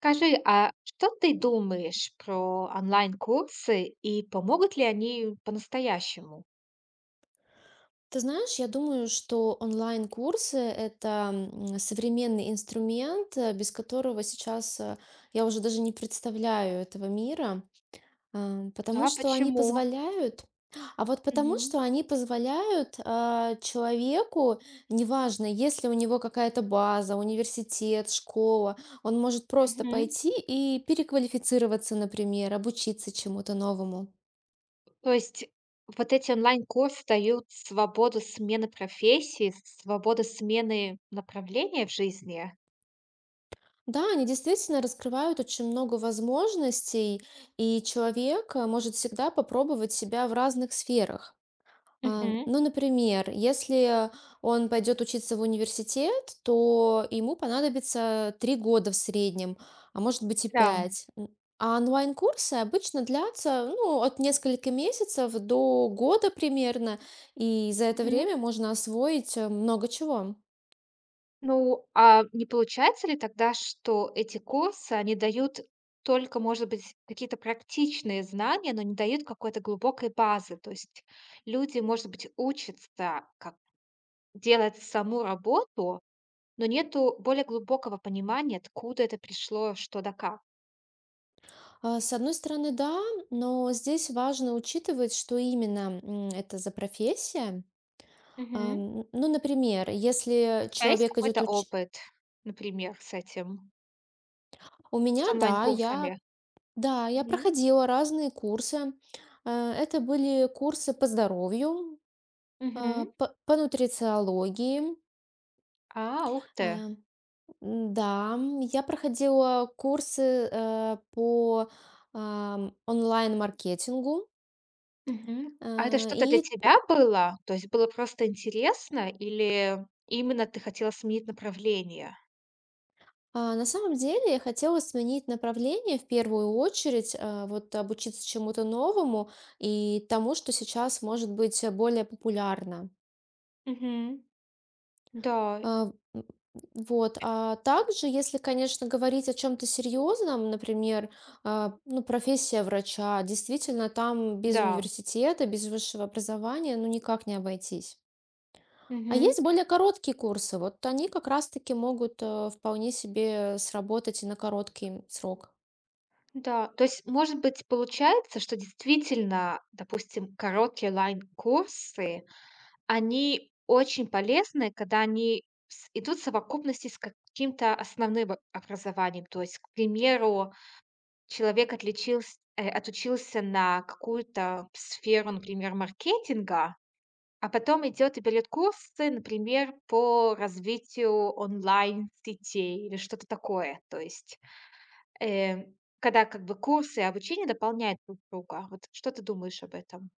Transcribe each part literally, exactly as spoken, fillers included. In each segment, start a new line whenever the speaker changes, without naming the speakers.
Скажи, а что ты думаешь про онлайн-курсы и помогут ли они по-настоящему?
Ты знаешь, я думаю, что онлайн-курсы— это м, современный инструмент, э, без которого сейчас э, я уже даже не представляю этого мира, а, потому
Да,
что они
почему?
позволяют, а вот потому
Мгм.
что они позволяют а, человеку, неважно, если у него какая-то база, университет, школа, он может просто
Мгм.
пойти и переквалифицироваться, например, обучиться чему-то новому.
То есть вот эти онлайн-курсы дают свободу смены профессии, свободу смены направления в жизни?
Да, они действительно раскрывают очень много возможностей, и человек э, может всегда попробовать себя в разных сферах. А,
Мгм.
Ну, например, если он пойдет учиться в университет, то ему понадобится три года в среднем, а может быть и
Да.
пять. М, А онлайн-курсы обычно длятся, ну, от нескольких месяцев до года примерно, и за это время можно освоить э, много чего.
Ну, а не получается ли тогда, что эти курсы, они дают только, может быть, какие-то практичные знания, но не дают какой-то глубокой базы? То есть люди, может быть, учатся, как делать саму работу, но нету более глубокого понимания, откуда это пришло, что да как.
А, С одной стороны, да, но здесь важно учитывать, что именно м, это за профессия. А,
Мгм.
м, Ну, например,
У
если
тебя есть
человек идет
какой-то
уч...
опыт, например, с этим,
У
с
меня, да,
онлайн-курсами?
я, да, я
Мгм.
проходила разные курсы. А, Это были курсы по здоровью, а,
Мгм.
по, по нутрициологии.
А, ух
А,
ты.
м, Да, м, я проходила курсы э, по ам, онлайн-маркетингу.
Мгм. А это
Э,
что-то для
И
тебя было? То есть было просто интересно или именно ты хотела сменить направление?
А, На самом деле я хотела сменить направление в первую очередь, а, вот обучиться чему-то новому и тому, что сейчас может быть э, более популярно.
Мгм. Да,
А, м, Вот. А также, если, конечно, говорить о чем-то серьезном, например, а, ну, профессия врача, действительно, там без
да.
университета, без высшего образования, ну, никак не обойтись. А
Мгм.
есть более короткие курсы, вот они как раз-таки могут э, вполне себе сработать и на короткий срок.
Да. То есть, может быть, получается, что действительно, допустим, короткие лайн курсы они очень полезны, когда они с- идут в совокупности с каким-то основным о- образованием. То есть, к примеру, человек отличилс э, отучился на какую-то сферу, например, маркетинга, а потом идет и берет курсы, например, по развитию онлайн-сетей или что-то такое. То есть, э, когда как бы курсы и обучение дополняют друг друга. Вот что ты думаешь об этом?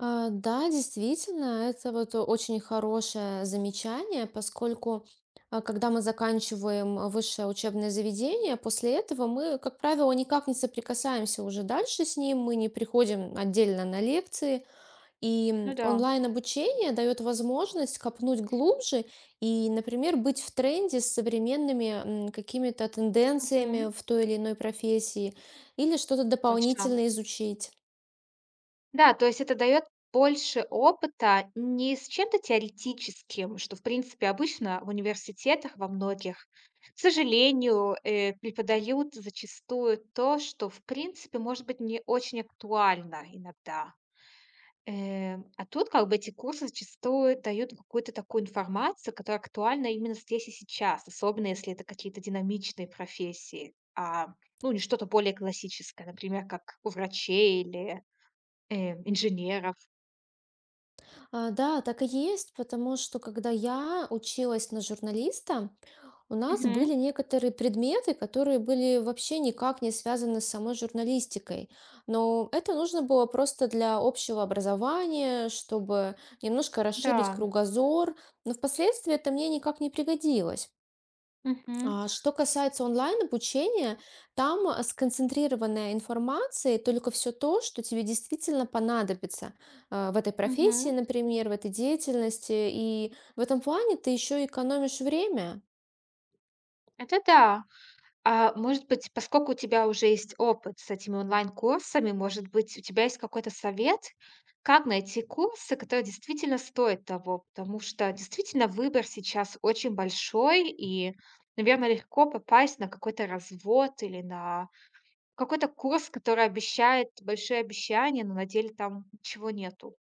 А, Да, действительно, это вот о- очень хорошее замечание, поскольку а, когда мы заканчиваем а, высшее учебное заведение, после этого мы, как правило, никак не соприкасаемся уже дальше с ним, мы не приходим отдельно на лекции, и
Ну
м,
да.
онлайн-обучение дает возможность копнуть глубже и, например, быть в тренде с современными м, какими-то
Мгм.
тенденциями в той или иной профессии или что-то
Точно.
дополнительно изучить.
Да, то есть это дает больше опыта не с чем-то теоретическим, что, в принципе, обычно в университетах во многих, к сожалению, э, преподают зачастую то, что, в принципе, может быть не очень актуально иногда. Эм, а тут как бы эти курсы зачастую дают какую-то такую информацию, которая актуальна именно здесь и сейчас, особенно если это какие-то динамичные профессии, а, ну, не что-то более классическое, например, как у врачей или, э, инженеров.
А, Да, так и есть, потому что когда я училась на журналиста, у нас
Мгм.
были некоторые предметы, которые были вообще никак не связаны с самой журналистикой. Но это нужно было просто для общего образования, чтобы немножко расширить
Да.
кругозор. Но впоследствии это мне никак не пригодилось.
Мгм.
А, Что касается онлайн-обучения, там а, сконцентрированная информация, и только все то, что тебе действительно понадобится а, в этой профессии,
Мгм.
например, в этой деятельности. И в этом плане ты еще экономишь время.
Это да. А может быть, поскольку у тебя уже есть опыт с этими онлайн-курсами, может быть, у тебя есть какой-то совет, как найти курсы, которые действительно стоят того? Потому что действительно выбор сейчас очень большой, и, наверное, легко попасть на какой-то развод или на какой-то курс, который обещает большие обещания, но на деле там ничего нету.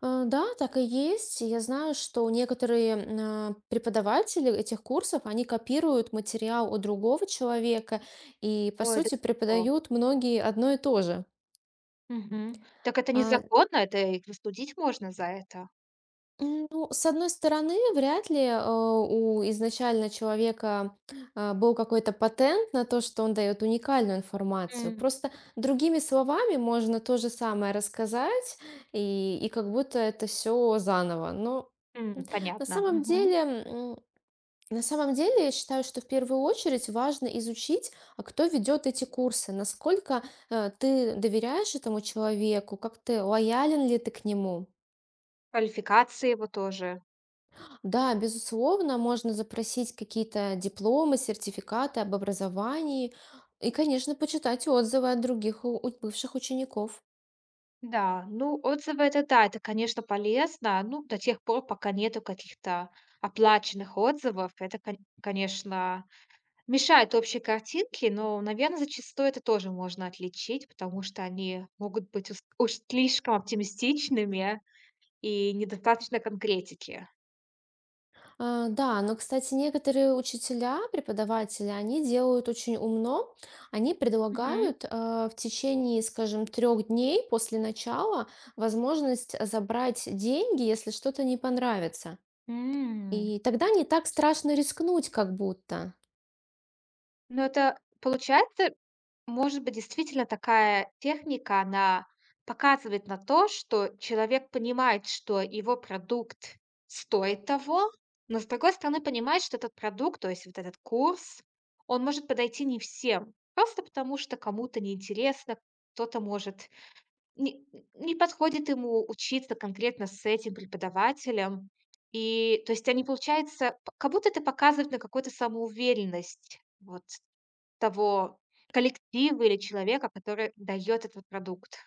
А, Да, так и есть. Я знаю, что некоторые м, а, преподаватели этих курсов, они копируют материал у другого человека и, по
Ой, да.
сути, преподают многие одно и то же.
Мгм. Так это
А,
незаконно, это и простудить можно за это.
М, Ну, с одной стороны, вряд ли э, у изначально человека э, был какой-то патент на то, что он дает уникальную информацию.
М.
Просто другими словами можно то же самое рассказать, и, и как будто это все заново. Но
М,
на
понятно.
самом
Мгм.
деле, м, на самом деле, я считаю, что в первую очередь важно изучить, а кто ведет эти курсы, насколько э, ты доверяешь этому человеку, как ты лоялен ли ты к нему.
Квалификации его тоже.
Да, безусловно, можно запросить какие-то дипломы, сертификаты об образовании и, конечно, почитать отзывы от других у- у бывших учеников.
Да, ну, отзывы это да, это, конечно, полезно. Ну, до тех пор, пока нету каких-то оплаченных отзывов, это, кон- конечно, мешает общей картинке, но, наверное, зачастую это тоже можно отличить, потому что они могут быть ус- уж слишком оптимистичными и недостаточно конкретики.
А, Да, но, кстати, некоторые учителя, преподаватели, они делают очень умно. Они
Мгм.
предлагают э, в течение, скажем, трех дней после начала возможность забрать деньги, если что-то не понравится.
М.
И тогда не так страшно рискнуть, как будто.
Ну, это получается. Может быть, действительно такая техника, она показывает на то, что человек понимает, что его продукт стоит того, но, с другой стороны, понимает, что этот продукт, то есть вот этот курс, он может подойти не всем. Просто потому, что кому-то неинтересно, кто-то может не, не подходит ему учиться конкретно с этим преподавателем. И то есть они, получается, п- как будто это показывает на какую-то самоуверенность. Вот того коллектива или человека, который дает этот продукт.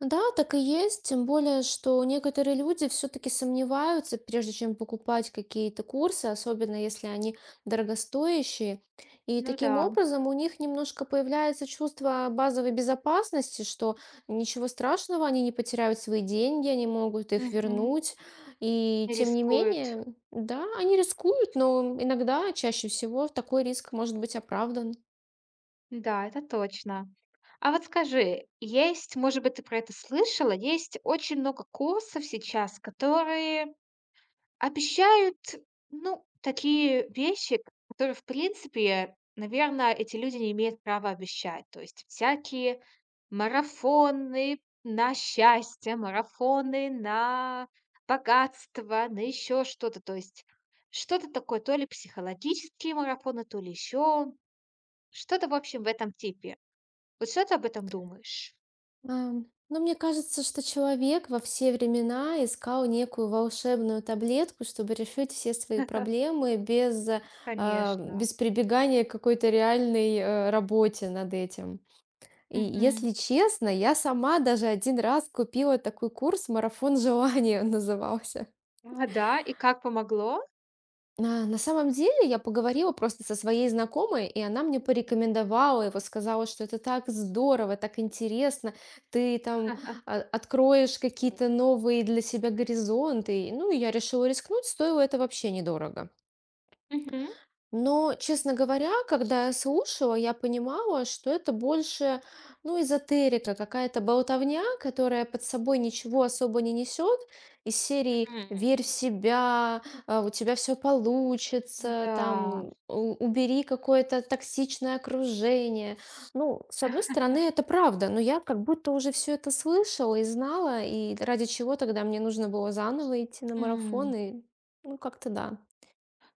Да, так и есть. Тем более, что некоторые люди все-таки сомневаются, прежде чем покупать какие-то курсы, особенно если они дорогостоящие. И
Ну да.
таким образом у них немножко появляется чувство базовой безопасности, что ничего страшного, они не потеряют свои деньги, они могут их
Мгм.
вернуть. И
Не
тем не
рискуют.
менее, да, они рискуют, но иногда, чаще всего, такой риск может быть оправдан.
Да, это точно. А вот скажи, есть, может быть, ты про это слышала, есть очень много курсов сейчас, которые обещают, ну, такие вещи, которые, в принципе, наверное, эти люди не имеют права обещать. То есть всякие марафоны на счастье, марафоны на богатство, на еще что-то. То есть что-то такое, то ли психологические марафоны, то ли еще что-то, в общем, в этом типе. Вот что ты об этом думаешь?
Ам, ну, мне кажется, что человек во все времена искал некую волшебную таблетку, чтобы решить все свои проблемы без, э, а,
Конечно.
без прибегания к какой-то реальной, э, работе над этим. И
Мгм.
если честно, я сама даже один раз купила такой курс "Марафон желания" назывался.
А, да, и как помогло?
На на самом деле я поговорила просто со своей знакомой, и она мне порекомендовала его, сказала, что это так здорово, так интересно, ты там а, откроешь какие-то новые для себя горизонты. Ну, и ну, я решила рискнуть, стоило это вообще недорого.
Мгм.
Но, честно говоря, когда я слушала, я понимала, что это больше, ну, эзотерика, какая-то болтовня, которая под собой ничего особо не несет. Из серии
Мгм.
«Верь в себя», а, «У тебя все получится»,
Да,
там у- «Убери какое-то токсичное окружение». Ну, с одной стороны, это правда, но я как будто уже все это слышала и знала, и ради чего тогда мне нужно было заново идти на марафон,
м.
и ну, как-то да.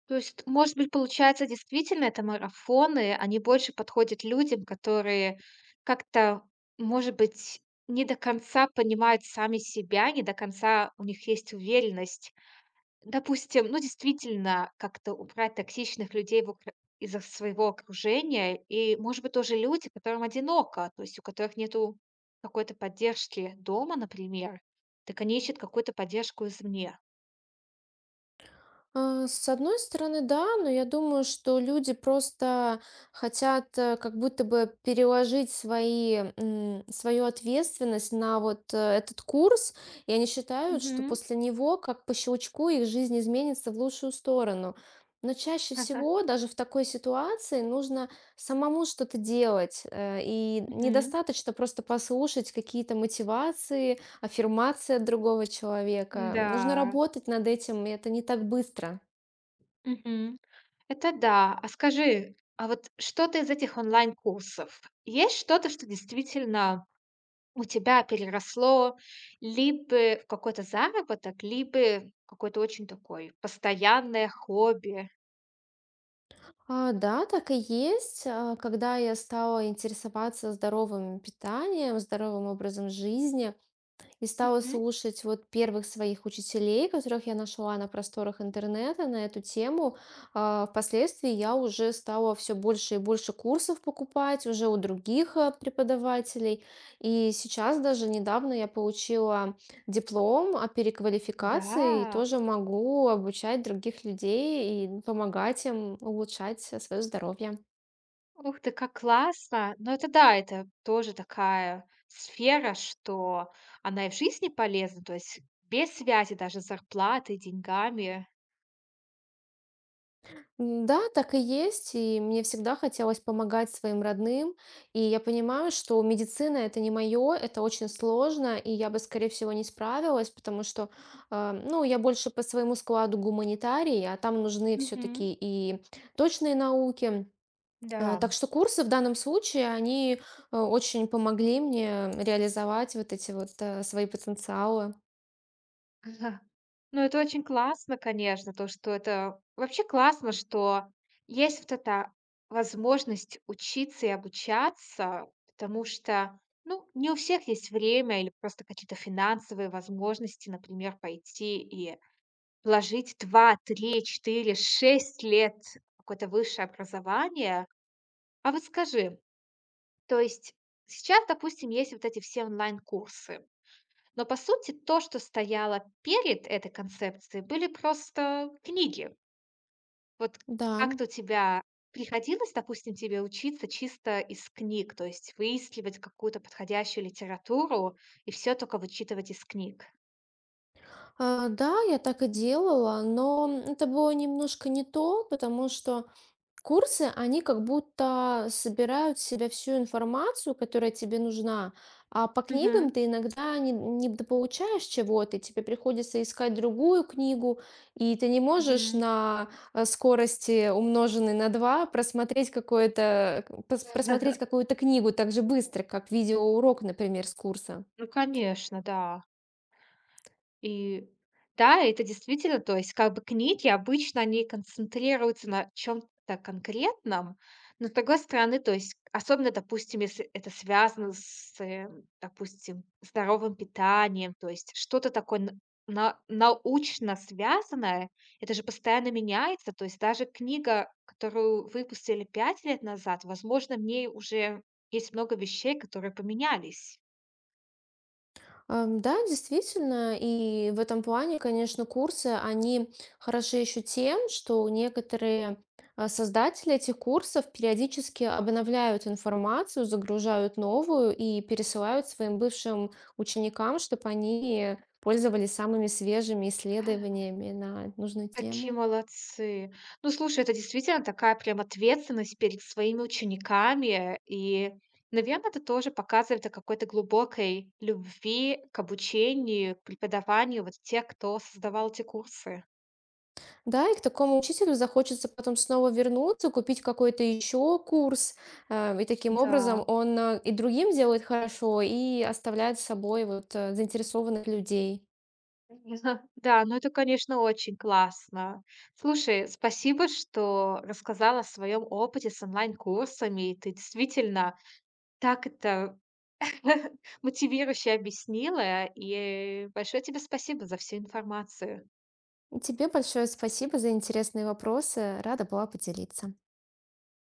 То есть, может быть, получается, действительно, это марафоны, они больше подходят людям, которые как-то, может быть, не до конца понимают сами себя, не до конца у них есть уверенность. Допустим, ну, действительно, как-то убрать токсичных людей в окр из их своего окружения. И, может быть, тоже люди, которым одиноко, то есть у которых нету какой-то поддержки дома, например, так они ищут какую-то поддержку извне.
А, С одной стороны, да, но я думаю, что люди просто хотят э, как будто бы переложить свои, м, свою ответственность на вот э, этот курс, и они считают, что
Мгм.
после него, как по щелчку, их жизнь изменится в лучшую сторону. Но чаще всего даже в такой ситуации нужно самому что-то делать, э, и
Мгм.
недостаточно просто послушать какие-то мотивации, аффирмация от другого человека. Нужно
Да.
работать над этим, и это не так быстро.
Мгм. Это да. А скажи, а вот что-то из этих онлайн-курсов, есть что-то, что действительно у тебя переросло либо в какой-то заработок, либо какое-то очень такое постоянное хобби?
А, да, так и есть. А, Когда я стала интересоваться здоровым питанием, здоровым образом жизни, и стала
Мгм.
слушать вот первых своих учителей, которых я нашла на просторах интернета на эту тему. А, Впоследствии я уже стала все больше и больше курсов покупать уже у других а, преподавателей. И сейчас даже недавно я получила диплом о переквалификации и
Да.
тоже могу обучать других людей и помогать им улучшать э, свое здоровье.
Ух ты, как классно! Но это да, это тоже такая сфера, что она и в жизни полезна, то есть без связи даже с зарплатой, деньгами.
М, Да, так и есть, и мне всегда хотелось помогать своим родным, и я понимаю, что медицина это не мое, это очень сложно, и я бы, скорее всего, не справилась, потому что, а, ну, я больше по своему складу гуманитарий, а там нужны
Мгм.
все-таки и точные науки. Э,
Да.
Так что курсы в данном случае, они э, очень помогли мне реализовать вот эти вот э, свои потенциалы.
Ага. Ну, это очень классно, конечно, то, что это вообще классно, что есть вот эта возможность учиться и обучаться, потому что, ну, не у всех есть время или просто какие-то финансовые возможности, например, пойти и вложить два, три, четыре, шесть лет в какое-то высшее образование. А вот скажи, то есть сейчас, допустим, есть вот эти все онлайн-курсы. Но по сути то, что стояло перед этой концепцией, были просто книги. Вот
Да.
как-то у тебя приходилось, допустим, тебе учиться чисто из книг, то есть выискивать какую-то подходящую литературу и все только вычитывать из книг?
А, да, я так и делала, но это было немножко не то, потому что курсы, они как будто собирают в себя всю информацию, которая тебе нужна, а по книгам
Мгм.
ты иногда не, не дополучаешь чего-то, и тебе приходится искать другую книгу, и ты не можешь
Мгм.
на э, скорости, умноженной на два, просмотреть какое-то, к- пос- просмотреть какую-то книгу так же быстро, как видеоурок, например, с курса.
Ну, конечно, да. И да, это действительно, то есть как бы книги обычно они концентрируются на чем то конкретном, но с другой стороны, то есть особенно, допустим, если это связано с, э, допустим, здоровым питанием, то есть что-то такое н на научно связанное, это же постоянно меняется. То есть даже книга, которую выпустили пять лет назад, возможно, в ней уже есть много вещей, которые поменялись.
Ам, Да, действительно, и в этом плане, конечно, курсы, они хороши еще тем, что некоторые а, создатели этих курсов периодически обновляют информацию, загружают новую и пересылают своим бывшим ученикам, чтобы они пользовались самыми свежими исследованиями на нужную
Такие
тему.
молодцы. Ну, слушай, это действительно такая прям ответственность перед своими учениками. И, наверное, это тоже показывает о какой-то глубокой любви к обучению, к преподаванию вот тех, кто создавал эти курсы.
Да, и к такому учителю захочется потом снова вернуться, купить какой-то еще курс. э, И таким образом
Да.
он э, и другим делает хорошо, и оставляет с собой вот э, заинтересованных людей.
Да, ну это, конечно, очень классно. Слушай, спасибо, что рассказала о своем опыте с онлайн-курсами. Ты действительно так это мотивирующе объяснила, и большое тебе спасибо за всю информацию.
Тебе большое спасибо за интересные вопросы. Рада была поделиться.